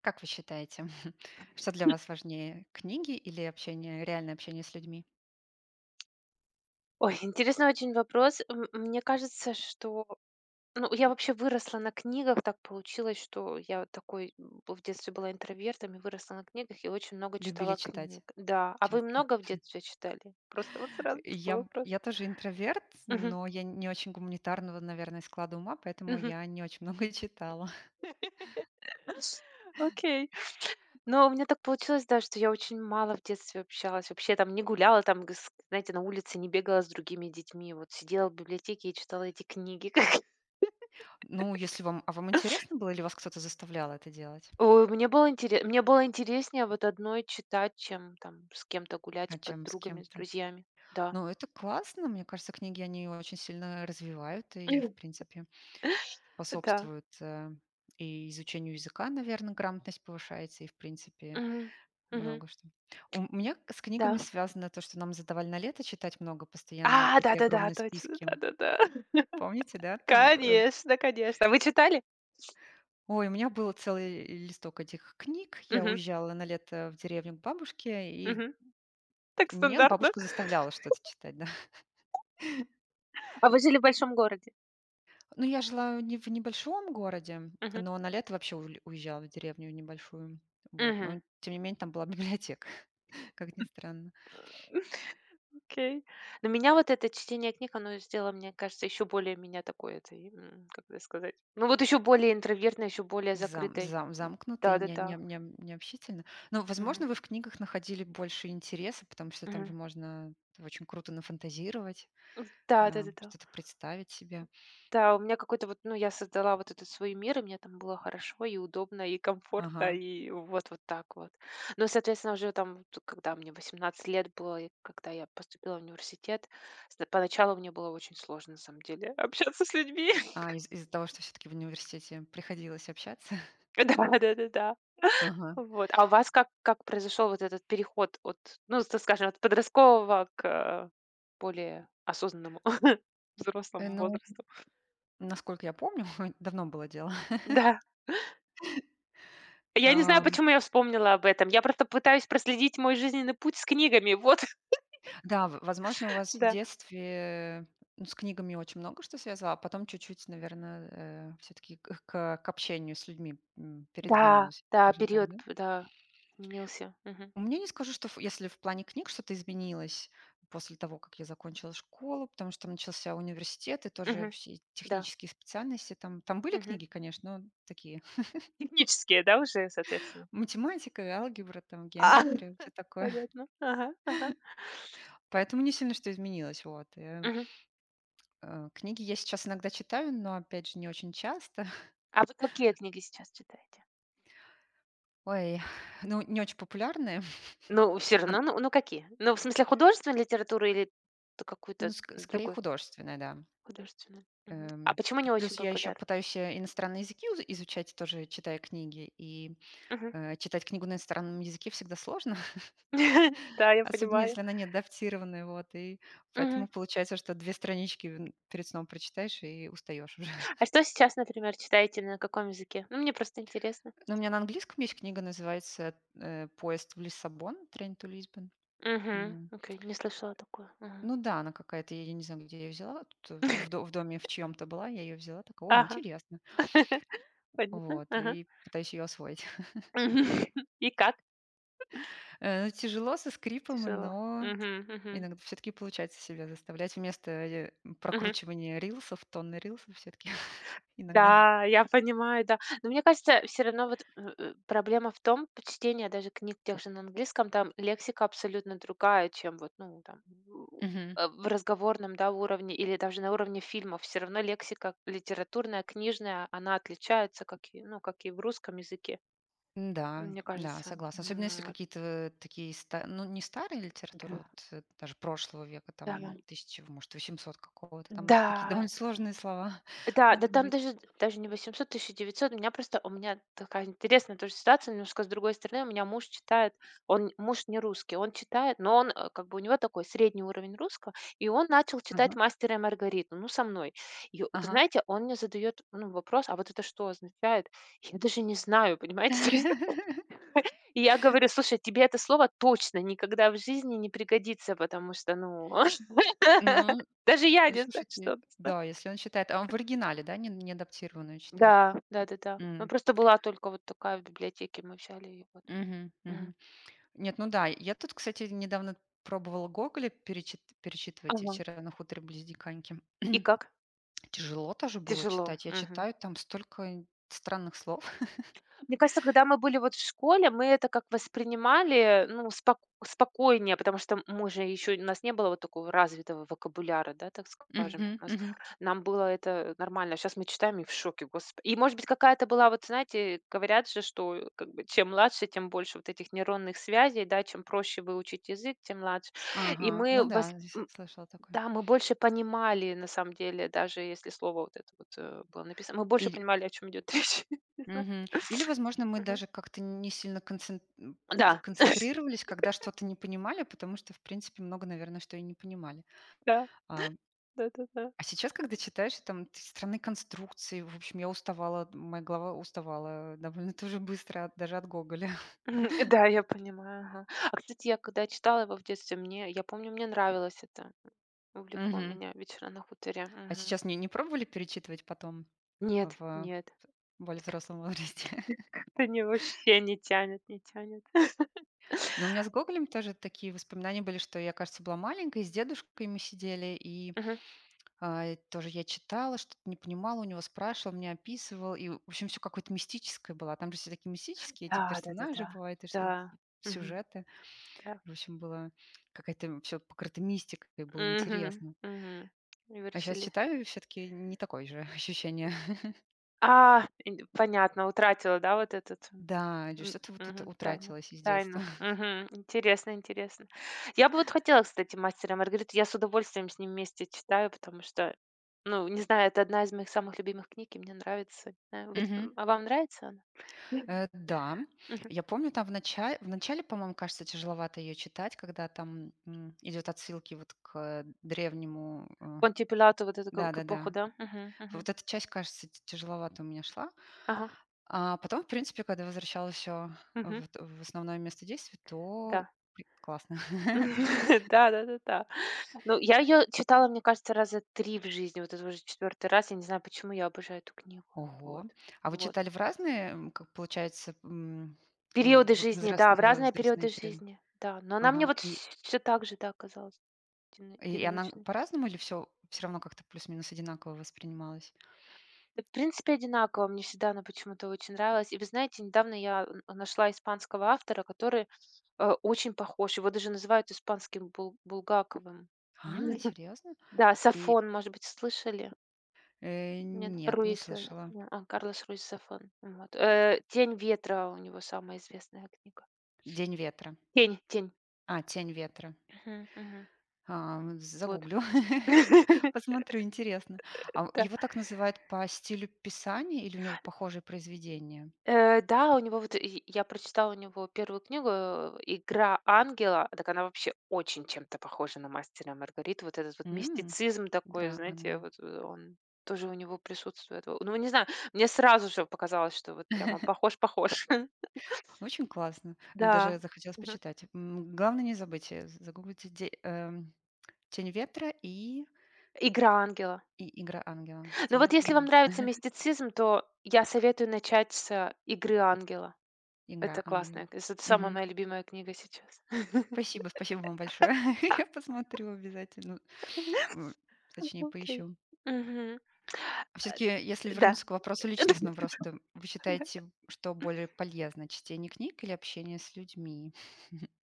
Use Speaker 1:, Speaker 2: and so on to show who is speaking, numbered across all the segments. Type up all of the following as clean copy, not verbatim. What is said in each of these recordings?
Speaker 1: Как вы считаете, что для вас важнее, книги или общение, реальное общение с людьми?
Speaker 2: Ой, интересный очень вопрос. Мне кажется, что ну, я вообще выросла на книгах. Так получилось, что я вот такой в детстве была интровертом и выросла на книгах и очень много
Speaker 1: Любили
Speaker 2: читала книг.
Speaker 1: читать
Speaker 2: Да. А вы
Speaker 1: часто?
Speaker 2: много в детстве читали? Просто вот сразу такой
Speaker 1: Я,
Speaker 2: вопрос.
Speaker 1: я тоже интроверт,
Speaker 2: Мгм.
Speaker 1: но я не очень гуманитарного, наверное, склада ума, поэтому
Speaker 2: Мгм.
Speaker 1: я не очень много читала.
Speaker 2: Окей. Но у меня так получилось, да, что я очень мало в детстве общалась. Вообще там не гуляла, там, знаете, на улице не бегала с другими детьми. Вот сидела в библиотеке и читала эти книги.
Speaker 1: Ну, если вам, а вам интересно было, или вас кто-то заставлял это делать,
Speaker 2: Ой, мне было интереснее вот одной читать, чем там с кем-то гулять, с
Speaker 1: а чем с
Speaker 2: подругами, с
Speaker 1: кем-то?
Speaker 2: друзьями. Да.
Speaker 1: Ну, это классно, мне кажется, книги, они очень сильно развивают и, в принципе,
Speaker 2: Да.
Speaker 1: способствуют и изучению языка, наверное, грамотность повышается, и, в принципе,
Speaker 2: Мгм. Мгм.
Speaker 1: много что. У меня с книгами
Speaker 2: Да.
Speaker 1: связано то, что нам задавали на лето читать много постоянно,
Speaker 2: А,
Speaker 1: такие
Speaker 2: да-да-да,
Speaker 1: огромные
Speaker 2: точно,
Speaker 1: списки.
Speaker 2: да-да-да.
Speaker 1: Помните, да, там?
Speaker 2: Конечно, конечно. А вы читали?
Speaker 1: Ой, у меня был целый листок этих книг. Я
Speaker 2: Мгм.
Speaker 1: уезжала на лето в деревню к бабушке, и
Speaker 2: Мгм. Так
Speaker 1: меня
Speaker 2: стандартно.
Speaker 1: бабушка заставляла что-то читать, да.
Speaker 2: А вы жили в большом городе?
Speaker 1: Ну, я жила не в небольшом городе,
Speaker 2: Мгм.
Speaker 1: но на лето вообще уль уезжала в деревню небольшую. Вот,
Speaker 2: Мгм.
Speaker 1: но тем не менее там была библиотека, как ни странно.
Speaker 2: Окей. Но меня вот это чтение книг, оно сделало, мне кажется, еще более меня такой этой, как это сказать, ну вот еще более интровертной, еще более закрытой.
Speaker 1: Замкнуто и не не
Speaker 2: Да-да-да.
Speaker 1: не необщительно. Но,
Speaker 2: Мгм.
Speaker 1: возможно, вы в книгах находили больше интереса, потому что там же
Speaker 2: Мгм.
Speaker 1: можно очень круто нафантазировать,
Speaker 2: Да-да-да-да. Да, да, да.
Speaker 1: что-то представить себе.
Speaker 2: Да, у меня какой-то вот, ну, я создала вот этот свой мир, и мне там было хорошо, и удобно, и комфортно,
Speaker 1: Ага.
Speaker 2: и вот вот так вот. Ну, соответственно, уже там, вот когда мне 18 лет было, и когда я поступила в университет, с поначалу мне было очень сложно, на самом деле, общаться с людьми.
Speaker 1: А из из-за того, что все таки в университете приходилось общаться?
Speaker 2: Да-да-да-да.
Speaker 1: Ага.
Speaker 2: Вот. А у вас как произошел вот этот переход от, ну, так скажем, от подросткового к более осознанному взрослому
Speaker 1: Ну,
Speaker 2: возрасту?
Speaker 1: насколько я помню, давно было дело.
Speaker 2: Да. Я не знаю,
Speaker 1: Ам,
Speaker 2: почему я вспомнила об этом. Я просто пытаюсь проследить мой жизненный путь с книгами. Вот,
Speaker 1: да, в возможно, у вас в
Speaker 2: да.
Speaker 1: детстве, ну, с книгами очень много что связывало, а потом чуть-чуть, наверное, все таки к общению с людьми,
Speaker 2: Да,
Speaker 1: передвинулось,
Speaker 2: да,
Speaker 1: скажем так,
Speaker 2: период,
Speaker 1: да?
Speaker 2: п да, сменился. Мгм,
Speaker 1: Мне не скажу, что ф если в плане книг что-то изменилось после того, как я закончила школу, потому что начался университет и тоже
Speaker 2: мгм,
Speaker 1: все
Speaker 2: да,
Speaker 1: технические специальности. Там были
Speaker 2: мгм.
Speaker 1: книги, конечно, но такие:
Speaker 2: Технические, да, уже, соответственно?
Speaker 1: математика, алгебра, там геометрия, все такое.
Speaker 2: Понятно. Ага, ага.
Speaker 1: Поэтому не сильно что изменилось, вот.
Speaker 2: Мгм.
Speaker 1: Книги я сейчас иногда читаю, но, опять же, не очень часто.
Speaker 2: А вы какие книги сейчас читаете?
Speaker 1: Ой, ну, не очень популярные,
Speaker 2: Ну, все
Speaker 1: ан
Speaker 2: равно, ну какие? Ну, в смысле, художественную литературу или т
Speaker 1: ну,
Speaker 2: какую-то
Speaker 1: ск скорее
Speaker 2: другую?
Speaker 1: художественные, да.
Speaker 2: Художественную. Мгм. А почему
Speaker 1: П
Speaker 2: не очень
Speaker 1: плюс я еще
Speaker 2: популярна?
Speaker 1: пытаюсь, иностранные языки уз изучать, тоже читая книги, и
Speaker 2: Мгм.
Speaker 1: Читать книгу на иностранном языке всегда сложно,
Speaker 2: Да, я
Speaker 1: особенно
Speaker 2: понимаю.
Speaker 1: если она не адаптированная, вот, и поэтому получается, что 2 странички н перед сном прочитаешь и устаешь уже.
Speaker 2: А что сейчас, например, читаете, на каком языке? Ну, мне просто интересно.
Speaker 1: Но у меня на английском есть книга, называется, "Поезд в Лиссабон", "Train to Lisbon".
Speaker 2: Угу.
Speaker 1: М,
Speaker 2: Окей, не слышала такое. Мгм.
Speaker 1: ну да, она какая-то, я не знаю, где я её взяла, тут в доме в чьем то была, я ее взяла, такая: "О,
Speaker 2: Ага.
Speaker 1: интересно".
Speaker 2: Понятно.
Speaker 1: Вот,
Speaker 2: Ага.
Speaker 1: и пытаюсь ее освоить.
Speaker 2: Мгм. И как?
Speaker 1: Ну, тяжело, со скрипом,
Speaker 2: Тяжело.
Speaker 1: но
Speaker 2: Угу. Угу.
Speaker 1: иногда все-таки получается себя заставлять вместо,
Speaker 2: Мгм.
Speaker 1: прокручивания рилсов, тонны рилсов все-таки иногда.
Speaker 2: Да, я понимаю, да. Но мне кажется, все равно вот, проблема в том, п чтение даже книг тех же на английском, там лексика абсолютно другая, чем вот, ну, там, у
Speaker 1: Мгм.
Speaker 2: в разговорном, да, уровне или даже на уровне фильмов. Все равно лексика литературная, книжная, она отличается, как и, ну, как и в русском языке,
Speaker 1: Да,
Speaker 2: мне
Speaker 1: да,
Speaker 2: кажется.
Speaker 1: согласна. Особенно если
Speaker 2: Вот.
Speaker 1: какие-то такие ста ну, не старые литература,
Speaker 2: М.
Speaker 1: вот, даже прошлого века,
Speaker 2: Да,
Speaker 1: там, тысяча, может, 800 какого-то, там такие
Speaker 2: да.
Speaker 1: довольно сложные слова
Speaker 2: Да, да
Speaker 1: могут
Speaker 2: там
Speaker 1: быть.
Speaker 2: даже не 800, 1900. У меня просто у меня такая интересная тоже ситуация, немножко с другой стороны. У меня муж читает, он муж не русский, он читает, но он, как бы у него такой средний уровень русского, и он начал читать
Speaker 1: Ага,
Speaker 2: "Мастера и Маргариту", ну, со мной. И вот,
Speaker 1: ага.
Speaker 2: знаете, он мне задает, ну, вопрос: "А вот это что означает?" Я даже не знаю, понимаете? То есть и я говорю: "Слушай, тебе это слово точно никогда в жизни не пригодится, потому что, ну"
Speaker 1: Ну,
Speaker 2: Даже я
Speaker 1: ну,
Speaker 2: не знаю,
Speaker 1: слушайте,
Speaker 2: что.
Speaker 1: да, если он читает, а он в оригинале, да, не не неадаптированную читает?
Speaker 2: Да, да-да-да. Ну,
Speaker 1: М.
Speaker 2: просто была только вот такая в библиотеке, мы взяли её вот.
Speaker 1: Мгм,
Speaker 2: Мгм.
Speaker 1: мгм. Нет, ну да. Я тут, кстати, недавно пробовала Гоголя перечитывать
Speaker 2: Ага.
Speaker 1: "Вечера на хуторе близ Диканьки".
Speaker 2: И как?
Speaker 1: Тяжело тоже было
Speaker 2: Тяжело.
Speaker 1: читать. Я
Speaker 2: Мгм.
Speaker 1: читаю, там столько странных слов.
Speaker 2: Мне кажется, когда мы были вот в школе, мы это как воспринимали, ну, спокойнее, потому что мы же еще у нас не было вот такого развитого вокабуляра, да, так скажем.
Speaker 1: Мгм,
Speaker 2: У нас
Speaker 1: мгм.
Speaker 2: Нам было это нормально. Сейчас мы читаем и в шоке, господи. И, может быть, какая-то была вот, знаете, говорят же, что как бы чем младше, тем больше вот этих нейронных связей, да, чем проще выучить язык, тем младше. И
Speaker 1: Ага,
Speaker 2: мы
Speaker 1: ну да,
Speaker 2: вос
Speaker 1: с слышала такое.
Speaker 2: Да, мы больше понимали, на самом деле, даже если слово вот это вот, было написано, мы больше
Speaker 1: Или
Speaker 2: понимали, о чем идет речь. Не знаю.
Speaker 1: Мгм. Или, возможно, мы
Speaker 2: Мгм.
Speaker 1: даже как-то не сильно
Speaker 2: Да,
Speaker 1: концентрировались, когда что-то не понимали, потому что, в принципе, много, наверное, что и не понимали.
Speaker 2: да,
Speaker 1: А
Speaker 2: да-да-да.
Speaker 1: а сейчас, когда читаешь, там странные конструкции, в общем, я уставала, моя голова уставала довольно тоже быстро, даже от Гоголя.
Speaker 2: Мгм. Да, я понимаю, ага. А, кстати, я когда читала его в детстве, мне я помню, мне нравилось это. Увлекло
Speaker 1: Мгм.
Speaker 2: меня "Вечера на хуторе".
Speaker 1: А
Speaker 2: Мгм.
Speaker 1: сейчас не, не пробовали перечитывать потом
Speaker 2: Нет,
Speaker 1: в
Speaker 2: нет,
Speaker 1: более
Speaker 2: как
Speaker 1: взрослом возрасте?
Speaker 2: как-то не вообще не тянет, не тянет.
Speaker 1: Но у меня с Гоголем тоже такие воспоминания были, что я, кажется, была маленькой, с дедушкой мы сидели, и
Speaker 2: Мгм.
Speaker 1: и тоже я читала, что-то не понимала, у него спрашивала, мне описывал, и, в общем, все какое-то мистическое было. А там же все такие мистические эти
Speaker 2: Да,
Speaker 1: персонажи
Speaker 2: да-да-да.
Speaker 1: бывают, и
Speaker 2: Да. Мгм.
Speaker 1: сюжеты.
Speaker 2: Да.
Speaker 1: В общем, было какая-то все покрыто мистикой, было
Speaker 2: Мгм,
Speaker 1: интересно.
Speaker 2: мгм. Вы
Speaker 1: А сейчас
Speaker 2: решили
Speaker 1: читаю, все таки не такое же ощущение.
Speaker 2: А, ин понятно, утратила, да, вот этот,
Speaker 1: Да, или что-то вот тут
Speaker 2: мгм,
Speaker 1: утратилось из детства.
Speaker 2: тайну. Мгм. Интересно. Я бы вот хотела, кстати, "Мастера и Маргариту". Я с удовольствием с ним вместе читаю, потому что, ну, не знаю, это одна из моих самых любимых книг, и мне нравится. Да, вы
Speaker 1: Мгм.
Speaker 2: а вам нравится она? Мгм.
Speaker 1: Да,
Speaker 2: Мгм.
Speaker 1: я помню, там в начале, по-моему, кажется, тяжеловато ее читать, когда там, идёт отсылки вот к древнему,
Speaker 2: Понтий Пилат, вот эту к эпоху,
Speaker 1: да-да-да.
Speaker 2: да? Мгм, мгм.
Speaker 1: Вот эта часть, кажется, т тяжеловато у меня шла.
Speaker 2: Ага,
Speaker 1: А потом, в принципе, когда возвращалась все
Speaker 2: мгм,
Speaker 1: вот в основное место действия, то
Speaker 2: да.
Speaker 1: при классно.
Speaker 2: Да-да-да-да. Ну, я ее читала, мне кажется, раза 3 в жизни. Вот это уже четвертый раз. Я не знаю, почему я обожаю эту книгу.
Speaker 1: Ого.
Speaker 2: Вот,
Speaker 1: А вы
Speaker 2: вот.
Speaker 1: читали в разные, как получается,
Speaker 2: Периоды жизни, да, в
Speaker 1: в
Speaker 2: разные периоды
Speaker 1: возрастные периоды?
Speaker 2: жизни, да. Но она мне
Speaker 1: Ага.
Speaker 2: вот все так же, да, оказалась
Speaker 1: И она
Speaker 2: динамичной.
Speaker 1: по-разному или все равно как-то плюс-минус одинаково воспринималось?
Speaker 2: Да, в принципе, одинаково. Мне всегда она почему-то очень нравилась. И вы знаете, недавно нашла испанского автора, который, очень похож. Его даже называют испанским Булгаковым.
Speaker 1: А, серьезно?
Speaker 2: Да,
Speaker 1: И,
Speaker 2: Сафон, может быть, слышали? Нет,
Speaker 1: нет, не
Speaker 2: Руис, э,
Speaker 1: слышала.
Speaker 2: э, а, Карлос Руис Зафон. Вот, "Тень ветра" у него самая известная книга.
Speaker 1: "День ветра".
Speaker 2: "Тень", "Тень".
Speaker 1: А, "Тень ветра".
Speaker 2: Мгм, мгм.
Speaker 1: А, вот
Speaker 2: Вот.
Speaker 1: загуглю, посмотрю, интересно. А
Speaker 2: Да.
Speaker 1: его так называют по стилю писания или у него похожие произведения?
Speaker 2: Да, у него вот я прочитала у него первую книгу, "Игра ангела", так она вообще очень чем-то похожа на "Мастера и Маргариту". Вот этот вот
Speaker 1: М,
Speaker 2: мистицизм такой,
Speaker 1: игра
Speaker 2: знаете, вот, он тоже у него присутствует. Во ну, не знаю, мне сразу же показалось, что вот прямо похож.
Speaker 1: Очень классно. Ну,
Speaker 2: Да.
Speaker 1: даже захотелось
Speaker 2: Мгм.
Speaker 1: почитать. Главное не забыть, загуглите де "Тень ветра" и
Speaker 2: "Игра ангела".
Speaker 1: "Игра ангела".
Speaker 2: Ну
Speaker 1: "Тень
Speaker 2: вот
Speaker 1: ветра" и
Speaker 2: если вам
Speaker 1: "Игла
Speaker 2: нравится мистицизм, то я советую начать с "Игры ангела".
Speaker 1: игра
Speaker 2: Это классная,
Speaker 1: ангела".
Speaker 2: кс это самая
Speaker 1: Мгм.
Speaker 2: моя любимая книга сейчас.
Speaker 1: Спасибо, спасибо вам большое. Я посмотрю обязательно. Ну, точнее,
Speaker 2: Окей.
Speaker 1: поищу.
Speaker 2: Мгм.
Speaker 1: Все таки если
Speaker 2: Да.
Speaker 1: вернуться к вопросу личностного роста, вы считаете, что более полезно: чтение книг или общение с людьми?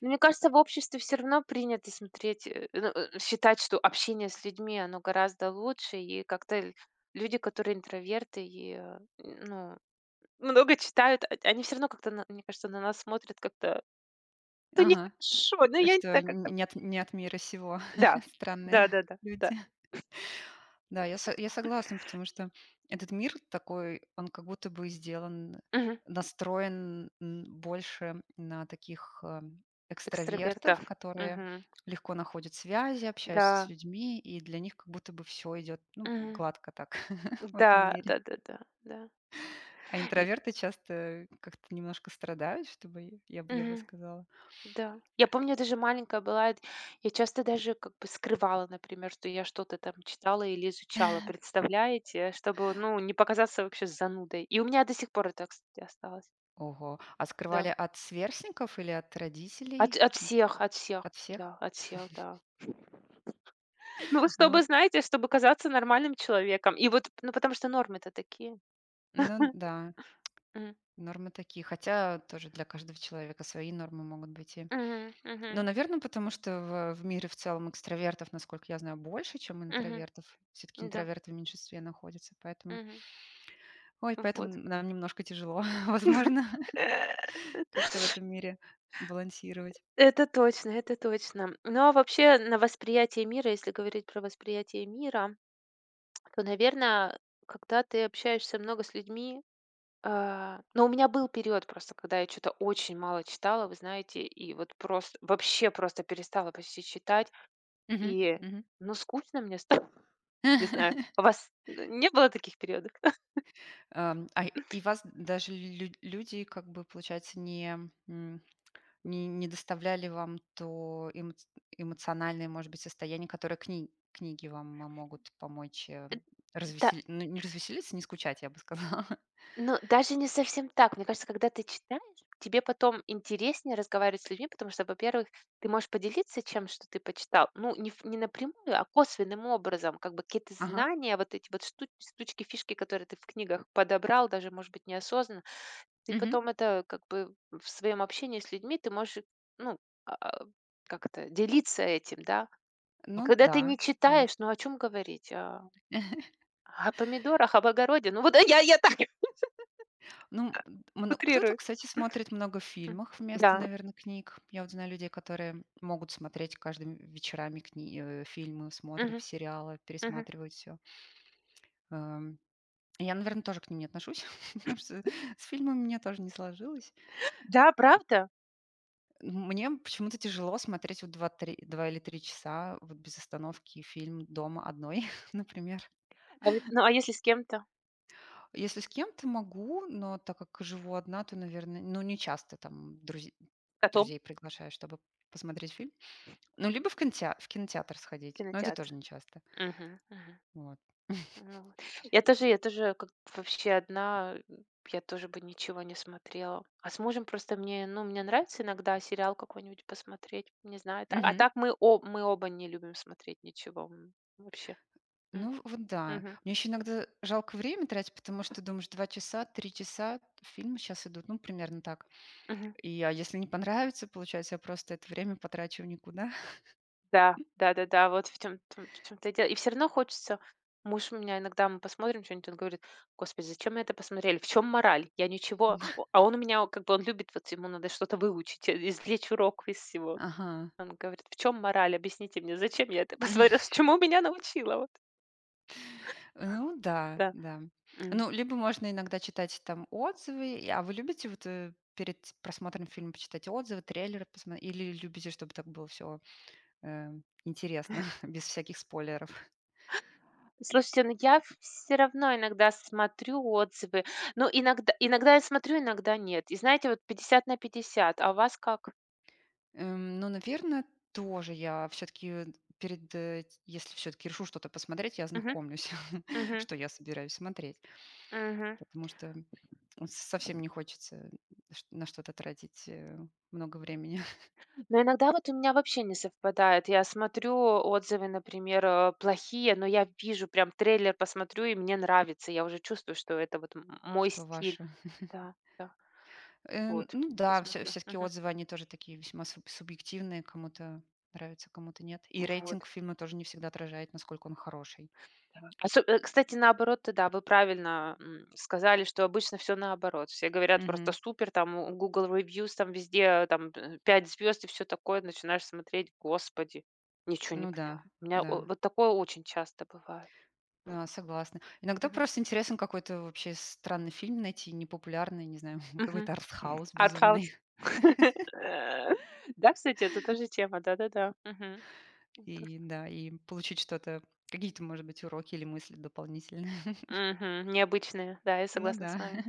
Speaker 2: Но мне кажется, в обществе все равно принято смотреть, считать, что общение с людьми, оно гораздо лучше, и как-то ль люди, которые интроверты и, много читают, а они все равно как-то, на мне кажется, на нас смотрят как-то, ну,
Speaker 1: Ага.
Speaker 2: нехорошо. Ну, я не
Speaker 1: Что
Speaker 2: знаю, как
Speaker 1: н
Speaker 2: то.
Speaker 1: не от мира сего
Speaker 2: Да.
Speaker 1: странные
Speaker 2: Да-да-да, да, да.
Speaker 1: люди. Да, я согласна, потому что этот мир такой, он как будто бы сделан,
Speaker 2: Мгм.
Speaker 1: настроен, больше на таких,
Speaker 2: Экстравертов.
Speaker 1: экстравертов, которые
Speaker 2: Мгм.
Speaker 1: легко находят связи, общаются с
Speaker 2: Да.
Speaker 1: людьми, и для них как будто бы все идет ну,
Speaker 2: Мгм.
Speaker 1: гладко так в этом
Speaker 2: Да,
Speaker 1: мире.
Speaker 2: да-да-да, да, да,
Speaker 1: А
Speaker 2: да. Ви
Speaker 1: интроверты часто как-то немножко страдают, чтобы я бы
Speaker 2: Мгм.
Speaker 1: сказала.
Speaker 2: Да. Я помню, даже маленькая была, эт я часто даже как бы скрывала, например, что я что-то там читала или изучала, представляете, чтобы, ну, не показаться вообще занудой. И у меня до сих пор это, кстати, осталось.
Speaker 1: Ого, а скрывали
Speaker 2: Да.
Speaker 1: от сверстников или от
Speaker 2: От
Speaker 1: родителей?
Speaker 2: всех, от всех.
Speaker 1: От всех?
Speaker 2: Да, от всех, да. Ну, вот
Speaker 1: Ну
Speaker 2: чтобы,
Speaker 1: вот,
Speaker 2: знаете, чтобы казаться нормальным человеком. И вот, ну, потому что нормы-то такие.
Speaker 1: ну да.
Speaker 2: М.
Speaker 1: Нормы такие, хотя тоже для каждого человека свои нормы могут быть. И...
Speaker 2: Мгм,
Speaker 1: Но,
Speaker 2: мгм,
Speaker 1: наверное, потому что в мире в целом экстравертов, насколько я знаю, больше, чем
Speaker 2: мгм.
Speaker 1: интровертов. Все-таки
Speaker 2: Да.
Speaker 1: интроверты в меньшинстве находятся, поэтому...
Speaker 2: Мгм.
Speaker 1: Ой, поэтому
Speaker 2: Вот.
Speaker 1: нам немножко тяжело, возможно, как-то в этом мире балансировать.
Speaker 2: Это точно, это точно. Ну, а вообще на восприятие мира, если говорить про восприятие мира, то, наверное, когда ты общаешься много с людьми, но у меня был период просто, когда я что-то очень мало читала, вы знаете, и вот просто вообще просто перестала почти читать,
Speaker 1: Мгм,
Speaker 2: и
Speaker 1: мгм.
Speaker 2: ну скучно мне стало, не знаю, у вас не было таких периодов?
Speaker 1: И вас даже люди, как бы, получается, не... Не доставляли вам то эмоциональное, может быть, состояние, которое книги вам, могут помочь,
Speaker 2: Да.
Speaker 1: ну, не развеселиться, не скучать, я бы сказала.
Speaker 2: Ну, даже не совсем так. Мне кажется, когда ты читаешь, тебе потом интереснее разговаривать с людьми, потому что, во-первых, ты можешь поделиться что ты почитал. Ну, не напрямую, а косвенным образом. Как бы какие-то
Speaker 1: Ага.
Speaker 2: знания, вот эти вот штучки, фишки, которые ты в книгах подобрал, даже, может быть, неосознанно. Ты
Speaker 1: Мгм.
Speaker 2: потом это как бы в своем общении с людьми ты можешь, ну, а, как это, делиться этим, да. А
Speaker 1: Ну
Speaker 2: когда
Speaker 1: да,
Speaker 2: ты не
Speaker 1: да.
Speaker 2: читаешь, ну о чем говорить? А, о помидорах, об огороде. Ну вот да, я так
Speaker 1: Ну, мно кто-то,
Speaker 2: утрирую.
Speaker 1: кстати, смотрит много
Speaker 2: М.
Speaker 1: фильмов вместо,
Speaker 2: Да.
Speaker 1: наверное, книг. Я вот знаю людей, которые могут смотреть каждыми вечерами фильмы, смотрят
Speaker 2: Мгм,
Speaker 1: сериалы,
Speaker 2: мгм.
Speaker 1: пересматривают все. Я, наверное, тоже к ним не отношусь, потому что с фильмами у меня тоже не сложилось.
Speaker 2: Да, правда?
Speaker 1: Мне почему-то тяжело смотреть вот два или 3 часа вот без остановки фильм дома одной, например.
Speaker 2: А вот, ну, а если с кем-то?
Speaker 1: Если с кем-то могу, но так как живу одна, то, наверное, ну, не часто там
Speaker 2: Котом.
Speaker 1: друзей приглашаю, чтобы посмотреть фильм. Ну, либо в кинотеатр сходить, но это
Speaker 2: Кинотеатр.
Speaker 1: тоже не часто.
Speaker 2: Мгм, мгм.
Speaker 1: Вот.
Speaker 2: Ну вот. Я тоже как вообще одна, я тоже бы ничего не смотрела. А с мужем просто мне, ну, мне нравится иногда сериал какой-нибудь посмотреть, не знаю,
Speaker 1: Мгм.
Speaker 2: так мы оба не любим смотреть ничего, вообще. М,
Speaker 1: Ну, вот да.
Speaker 2: мгм,
Speaker 1: Мне еще иногда жалко время тратить, потому что думаешь, два часа, три часа фильмы сейчас идут, ну, примерно так.
Speaker 2: мгм.
Speaker 1: И а если не понравится, получается, я просто это время потрачу в никуда.
Speaker 2: Да, да-да-да, в чем то и дело. И все равно хочется муж у меня. Иногда мы посмотрим что-нибудь, он говорит: "Господи, зачем мы это посмотрели? В чем мораль? Я ничего." О, а он у меня, как бы, он любит, вот ему надо что-то выучить, извлечь урок из всего.
Speaker 1: Ага.
Speaker 2: Он говорит: "В чем мораль? Объясните мне, зачем я это
Speaker 1: Мгм.
Speaker 2: посмотрела? Чему меня научила?" Вот,
Speaker 1: Ну да,
Speaker 2: да.
Speaker 1: да.
Speaker 2: М.
Speaker 1: Ну, либо можно иногда читать там отзывы. А вы любите вот перед просмотром фильма почитать отзывы, трейлеры посмотреть? Или любите, чтобы так было все интересно, без всяких спойлеров?
Speaker 2: Слушайте, ну я все равно иногда смотрю отзывы. Ну, иногда я смотрю, иногда нет. И знаете, вот 50 на 50. А у вас как?
Speaker 1: Ну, наверное, тоже я все-таки перед, если все-таки решу что-то посмотреть, я
Speaker 2: Мгм,
Speaker 1: ознакомлюсь,
Speaker 2: мгм,
Speaker 1: что я собираюсь смотреть.
Speaker 2: мгм.
Speaker 1: Потому что совсем не хочется на что-то тратить много времени.
Speaker 2: Но иногда вот у меня вообще не совпадает. Я смотрю отзывы, например, плохие, но я вижу прям трейлер, посмотрю, и мне нравится. Я уже чувствую, что это вот мой
Speaker 1: Что
Speaker 2: стиль.
Speaker 1: ваше?
Speaker 2: Да, да, вот.
Speaker 1: Ну
Speaker 2: И
Speaker 1: да, все
Speaker 2: смотрю.
Speaker 1: всё-таки
Speaker 2: Мгм.
Speaker 1: отзывы, они тоже такие весьма субъективные, кому-то нравится, кому-то нет. И
Speaker 2: Вот,
Speaker 1: рейтинг фильма тоже не всегда отражает, насколько он хороший.
Speaker 2: да. Кстати, наоборот, да, вы правильно сказали, что обычно все наоборот. Все говорят просто
Speaker 1: Мгм.
Speaker 2: супер, там у Google Reviews, там везде там 5 звезд и все такое. Начинаешь смотреть, господи, ничего не
Speaker 1: Ну да,
Speaker 2: поняла. У меня
Speaker 1: да,
Speaker 2: вот такое очень часто бывает.
Speaker 1: да, согласна. Иногда
Speaker 2: Мгм.
Speaker 1: просто интересно какой-то вообще странный фильм найти, непопулярный, не знаю,
Speaker 2: Мгм.
Speaker 1: какой-то артхаус
Speaker 2: Артхаус.
Speaker 1: безумный.
Speaker 2: Да, кстати, это тоже тема, да-да-да. Мгм. Ну, то что.
Speaker 1: И да, и получить что-то, какие-то, может быть, уроки или мысли дополнительные.
Speaker 2: Мгм. Необычные, да, я
Speaker 1: Ну
Speaker 2: согласна
Speaker 1: да.
Speaker 2: с вами.